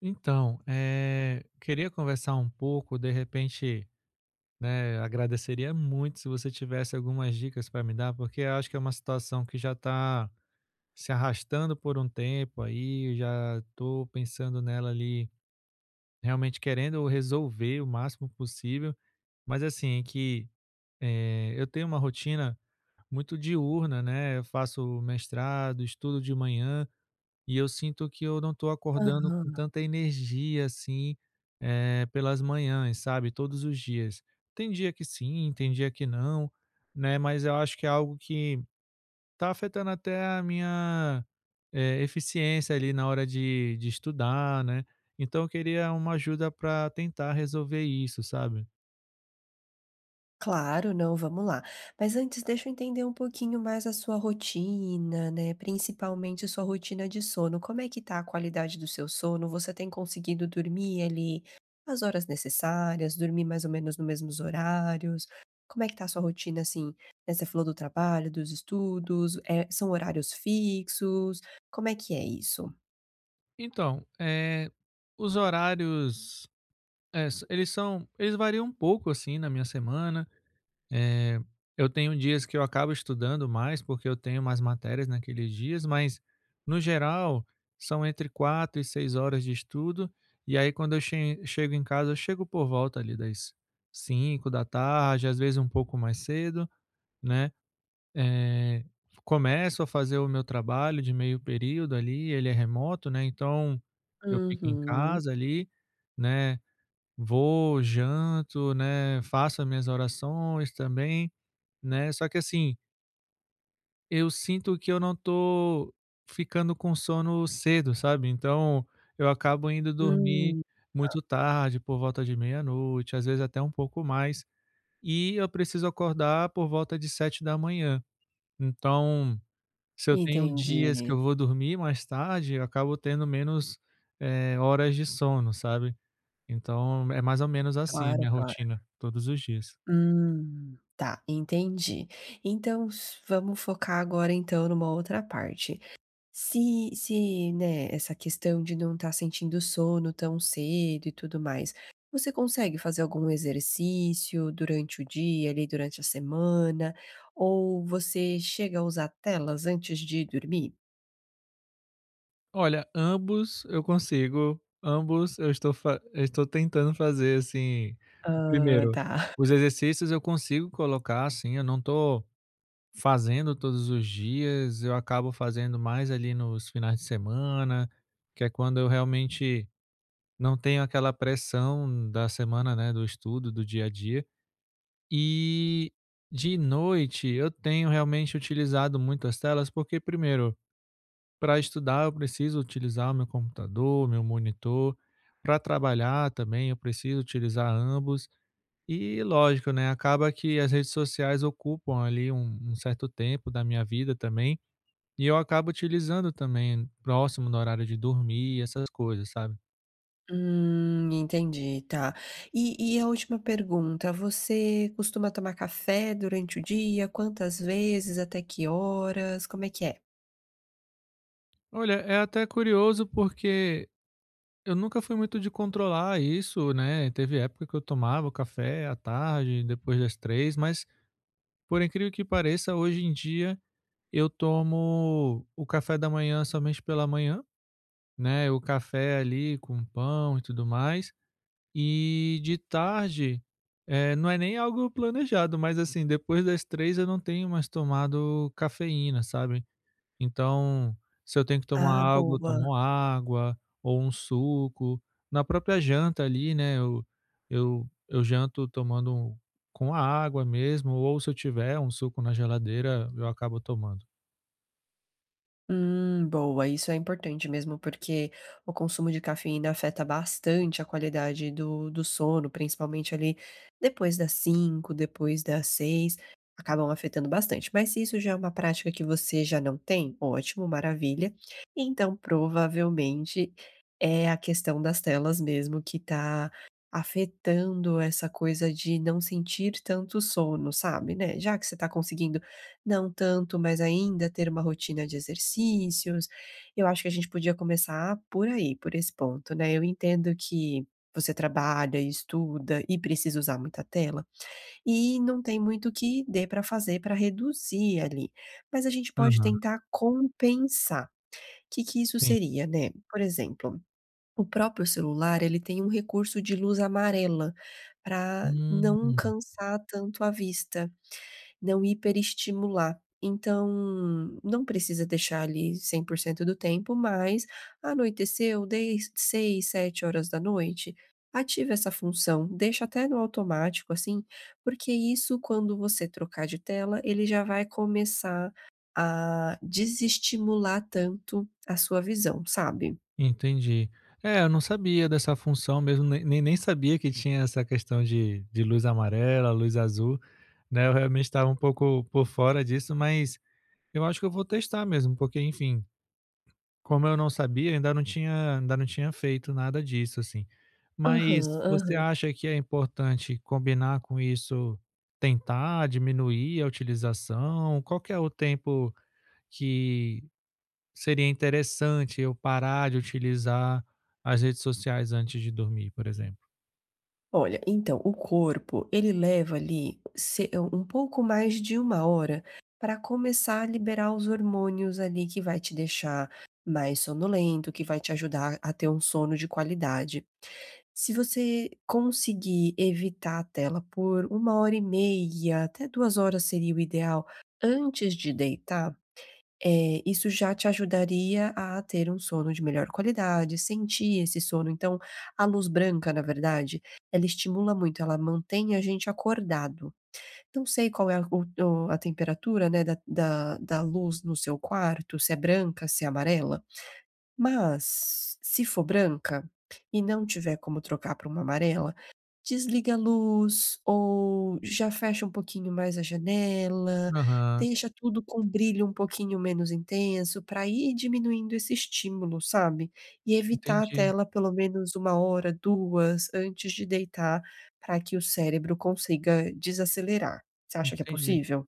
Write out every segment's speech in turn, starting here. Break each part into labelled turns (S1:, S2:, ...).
S1: Então, queria conversar um pouco, de repente, né, agradeceria muito se você tivesse algumas dicas para me dar, porque eu acho que é uma situação que já está se arrastando por um tempo aí, eu já estou pensando nela ali, realmente querendo resolver o máximo possível, mas assim, é que eu tenho uma rotina muito diurna, né? Eu faço mestrado, estudo de manhã, e eu sinto que eu não estou acordando com
S2: Aham.
S1: tanta energia assim, pelas manhãs, sabe, todos os dias. Tem dia que sim, tem dia que não, né, mas eu acho que é algo que está afetando até a minha, eficiência ali na hora de estudar, né. Então eu queria uma ajuda para tentar resolver isso, sabe.
S2: Claro, não, vamos lá. Mas antes deixa eu entender um pouquinho mais a sua rotina, né, principalmente sua rotina de sono. Como é que tá a qualidade do seu sono? Você tem conseguido dormir ali as horas necessárias, dormir mais ou menos nos mesmos horários? Como é que tá a sua rotina, assim, né, você falou do trabalho, dos estudos, são horários fixos? Como é que é isso?
S1: Então, os horários, eles variam um pouco assim na minha semana. Eh, eu tenho dias que eu acabo estudando mais, porque eu tenho mais matérias naqueles dias, mas no geral são entre 4 e 6 horas de estudo, e aí quando eu chego em casa, eu chego por volta ali das 5 da tarde, às vezes um pouco mais cedo, né. Eh, começo a fazer o meu trabalho de meio período ali, ele é remoto, né, então eu fico em
S2: Uhum.
S1: casa ali, né, vou, janto, né, faço as minhas orações também, né, só que assim, eu sinto que eu não tô ficando com sono cedo, sabe, então eu acabo indo dormir
S2: Hum,
S1: muito tarde, por volta de meia-noite, às vezes até um pouco mais, e eu preciso acordar por volta de 7 da manhã. Então, se eu tenho dias que
S2: entendi.
S1: eu vou dormir mais tarde, eu acabo tendo menos, horas de sono, sabe. Então é mais ou menos assim a
S2: Claro,
S1: minha
S2: claro.
S1: rotina, todos os dias.
S2: Tá, entendi. Então s vamos focar agora então numa outra parte. Se, né, essa questão de não estar sentindo sono tão cedo e tudo mais, você consegue fazer algum exercício durante o dia, ali durante a semana, ou você chega a usar telas antes de dormir?
S1: Olha, ambos eu consigo, ambos eu estou tentando fazer, assim, o
S2: Ah,
S1: primeiro,
S2: tá.
S1: os exercícios eu consigo colocar, assim, eu não estou fazendo todos os dias, eu acabo fazendo mais ali nos finais de semana, que é quando eu realmente não tenho aquela pressão da semana, né, do estudo, do dia a dia. E de noite eu tenho realmente utilizado muito as telas, porque primeiro para estudar, eu preciso utilizar o meu computador, meu monitor. Para trabalhar também, eu preciso utilizar ambos. E lógico, né, acaba que as redes sociais ocupam ali um certo tempo da minha vida também. E eu acabo utilizando também próximo do horário de dormir, essas coisas, sabe?
S2: Entendi, tá. E a última pergunta, você costuma tomar café durante o dia? Quantas vezes? Até que horas? Como é que é?
S1: Olha, é até curioso porque eu nunca fui muito de controlar isso, né? Teve época que eu tomava o café à tarde, depois das 3, mas, por incrível que pareça, hoje em dia eu tomo o café da manhã somente pela manhã, né, o café ali com pão e tudo mais. E de tarde, não é nem algo planejado, mas, assim, depois das 3 eu não tenho mais tomado cafeína, sabe. Então, se eu tenho que tomar
S2: Ah,
S1: algo, eu
S2: boa.
S1: tomo água ou um suco. Na própria janta ali, né, eu janto com a água mesmo, ou se eu tiver um suco na geladeira, eu acabo tomando.
S2: Boa, isso é importante mesmo, porque o consumo de cafeína afeta bastante a qualidade do sono, principalmente ali depois das 5, depois das 6, acabam afetando bastante. Mas se isso já é uma prática que você já não tem, ótimo, maravilha. Então, provavelmente é a questão das telas mesmo que tá afetando essa coisa de não sentir tanto sono, sabe, né? Já que você tá conseguindo não tanto, mas ainda ter uma rotina de exercícios, eu acho que a gente podia começar por aí, por esse ponto, né. Eu entendo que você trabalha estuda e precisa usar muita tela, e não tem muito que dê para fazer para reduzir ali, mas a gente pode
S1: Aham,
S2: tentar compensar. O que que isso
S1: sim.
S2: seria, né. Por exemplo, o próprio celular, ele tem um recurso de luz amarela para
S1: Hum,
S2: não cansar tanto a vista. Não hiperestimular. Então, não precisa deixar ali 100% do tempo, mas anoiteceu, dez seis, 7 horas da noite, ativa essa função, deixa até no automático, assim, porque isso quando você trocar de tela, ele já vai começar a desestimular tanto a sua visão, sabe?
S1: entendi. É, eu não sabia dessa função mesmo, nem sabia que tinha essa questão de luz amarela, luz azul, né, eu realmente estava um pouco por fora disso, mas eu acho que eu vou testar mesmo, porque, enfim, como eu não sabia, ainda não tinha feito nada disso, assim.
S2: Aham,
S1: Mas você
S2: aham.
S1: acha que é importante combinar com isso, tentar diminuir a utilização? Qual que é o tempo que seria interessante eu parar de utilizar as redes sociais antes de dormir, por exemplo?
S2: Olha, então, o corpo, ele leva ali se eh, um pouco mais de 1 hora para começar a liberar os hormônios ali que vai te deixar mais sonolento, que vai te ajudar a ter um sono de qualidade. Se você conseguir evitar a tela por 1 hora e meia, até 2 horas seria o ideal, antes de deitar isso já te ajudaria a ter um sono de melhor qualidade, sentir esse sono. Então, a luz branca, na verdade, ela estimula muito, ela mantém a gente acordado. Não sei qual é a o a temperatura, né, da luz no seu quarto, se é branca, se é amarela. Mas, se for branca e não tiver como trocar para uma amarela, desliga a luz ou já fecha um pouquinho mais a janela,
S1: Aham,
S2: deixa tudo com brilho um pouquinho menos intenso para ir diminuindo esse estímulo, sabe. E evitar a
S1: entendi,
S2: tela pelo menos 1 hora, 2 antes de deitar, para que o cérebro consiga desacelerar. Você acha que é
S1: entendi.
S2: possível?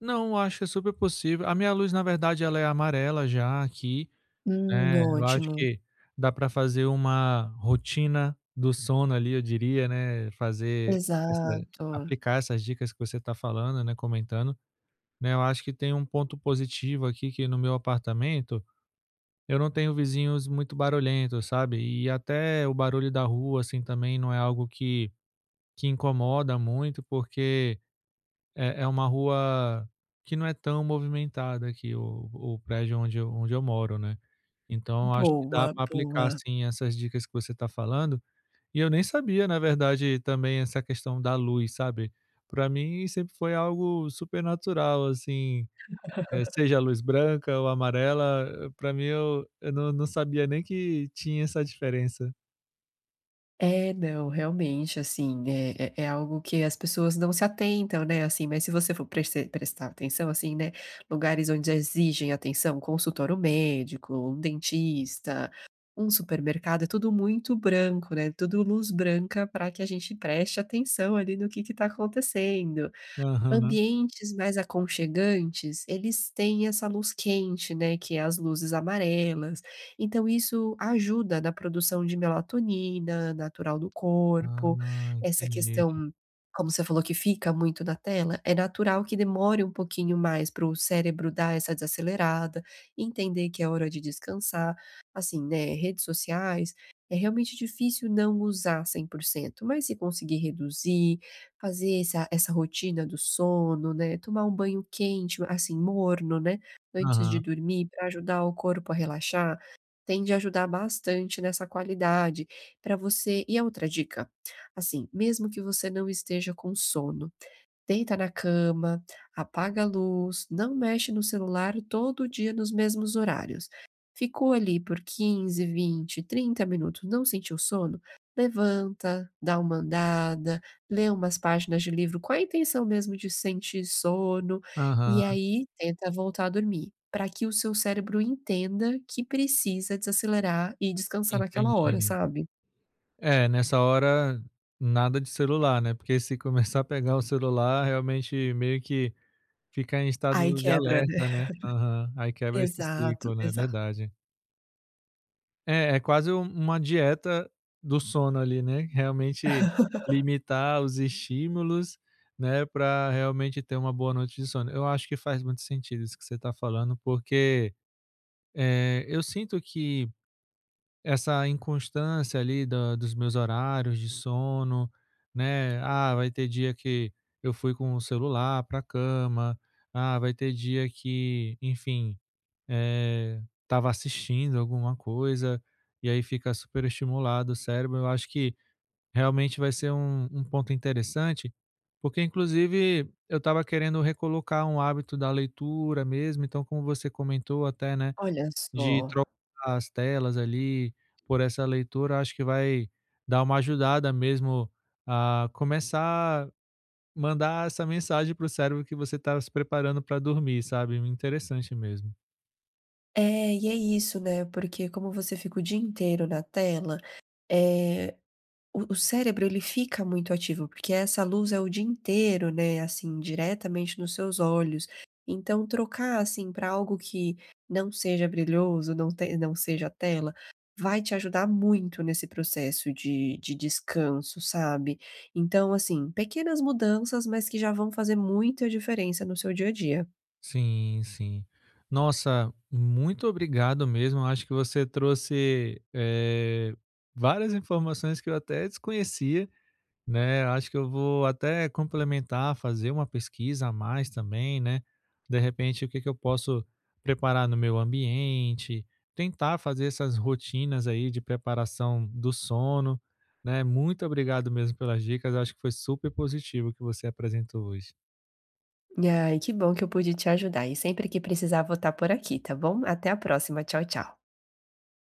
S1: Não, eu acho que é super possível. A minha luz, na verdade, ela é amarela já aqui, né, eu acho
S2: Ótimo.
S1: que dá para fazer uma rotina do sono ali, eu diria, né, fazer essa
S2: Exato.
S1: aplicar essas dicas que você está falando, né, comentando, né. Eu acho que tem um ponto positivo aqui que, no meu apartamento, eu não tenho vizinhos muito barulhentos, sabe? E até o barulho da rua, assim, também não é algo que incomoda muito, porque é uma rua que não é tão movimentada aqui, o prédio onde eu moro, né? Então, eu acho que dá
S2: Boa,
S1: para aplicar,
S2: boa.
S1: assim, essas dicas que você está falando. E eu nem sabia, na verdade, também essa questão da luz, sabe? Para mim, sempre foi algo super natural, assim, é, seja a luz branca ou amarela, para mim eu não sabia nem que tinha essa diferença.
S2: É, não, realmente, assim, é algo que as pessoas não se atentam, né, assim, mas se você for preste prestar atenção, assim, né, lugares onde exigem atenção, consultório médico, um dentista, um supermercado, é tudo muito branco, né, tudo luz branca para que a gente preste atenção ali no que tá acontecendo.
S1: Aham.
S2: Ambientes mais aconchegantes, eles têm essa luz quente, né, que é as luzes amarelas, então isso ajuda na produção de melatonina natural do corpo,
S1: Ah,
S2: essa
S1: entendi.
S2: questão, como você falou que fica muito na tela, é natural que demore um pouquinho mais para o cérebro dar essa desacelerada, entender que é hora de descansar, assim, né, redes sociais, é realmente difícil não usar 100%, mas se conseguir reduzir, fazer essa rotina do sono, né, tomar um banho quente, assim, morno, né, antes de
S1: Aham,
S2: dormir para ajudar o corpo a relaxar, tende a ajudar bastante nessa qualidade para você e a outra dica, assim, mesmo que você não esteja com sono. Deita na cama, apaga a luz, não mexe no celular todo dia nos mesmos horários. Ficou ali por 15, 20, 30 minutos, não sentiu sono? Levanta, dá uma andada, lê umas páginas de livro com a intenção mesmo de sentir sono, e
S1: aham,
S2: aí tenta voltar a dormir, para que o seu cérebro entenda que precisa desacelerar e descansar naquela hora,
S1: entendi.
S2: sabe.
S1: É, nessa hora, nada de celular, né, porque se começar a pegar o celular, realmente meio que fica em estado
S2: Aí
S1: de
S2: quebra, né.
S1: alerta, né. Aham, aí quebra esse
S2: Exato,
S1: ciclo, né, é
S2: exato.
S1: verdade. É quase uma dieta do sono ali, né, realmente limitar os estímulos, né, para realmente ter uma boa noite de sono. Eu acho que faz muito sentido isso que você está falando, porque, eu sinto que essa inconstância ali da dos meus horários de sono, né, ah, vai ter dia que eu fui com o celular pra cama, ah, vai ter dia que, enfim, estava assistindo alguma coisa, e aí fica super estimulado o cérebro. Eu acho que realmente vai ser um ponto interessante, porque inclusive eu estava querendo recolocar um hábito da leitura mesmo, então, como você comentou até, né,
S2: Olha
S1: de
S2: só.
S1: trocar as telas ali por essa leitura, acho que vai dar uma ajudada mesmo a começar a mandar essa mensagem para o cérebro que você está se preparando para dormir, sabe? Interessante mesmo.
S2: É, e é isso, né, porque como você fica o dia inteiro na tela, eh, o cérebro ele fica muito ativo, porque essa luz é o dia inteiro, né, assim, diretamente nos seus olhos. Então trocar, assim, para algo que não seja brilhoso, não seja tela, vai te ajudar muito nesse processo de descanso, sabe. Então, assim, pequenas mudanças, mas que já vão fazer muita diferença no seu dia a dia.
S1: Sim, sim. Nossa, muito obrigado mesmo. Acho que você trouxe várias informações que eu até desconhecia, né? Acho que eu vou até complementar, fazer uma pesquisa a mais também, né? De repente, o que que eu posso preparar no meu ambiente, tentar fazer essas rotinas aí de preparação do sono, né? Muito obrigado mesmo pelas dicas. Acho que foi super positivo o que você apresentou hoje.
S2: Ai, que bom que eu pude te ajudar. E sempre que precisar, vou estar por aqui, tá bom? Até a próxima. Tchau, tchau.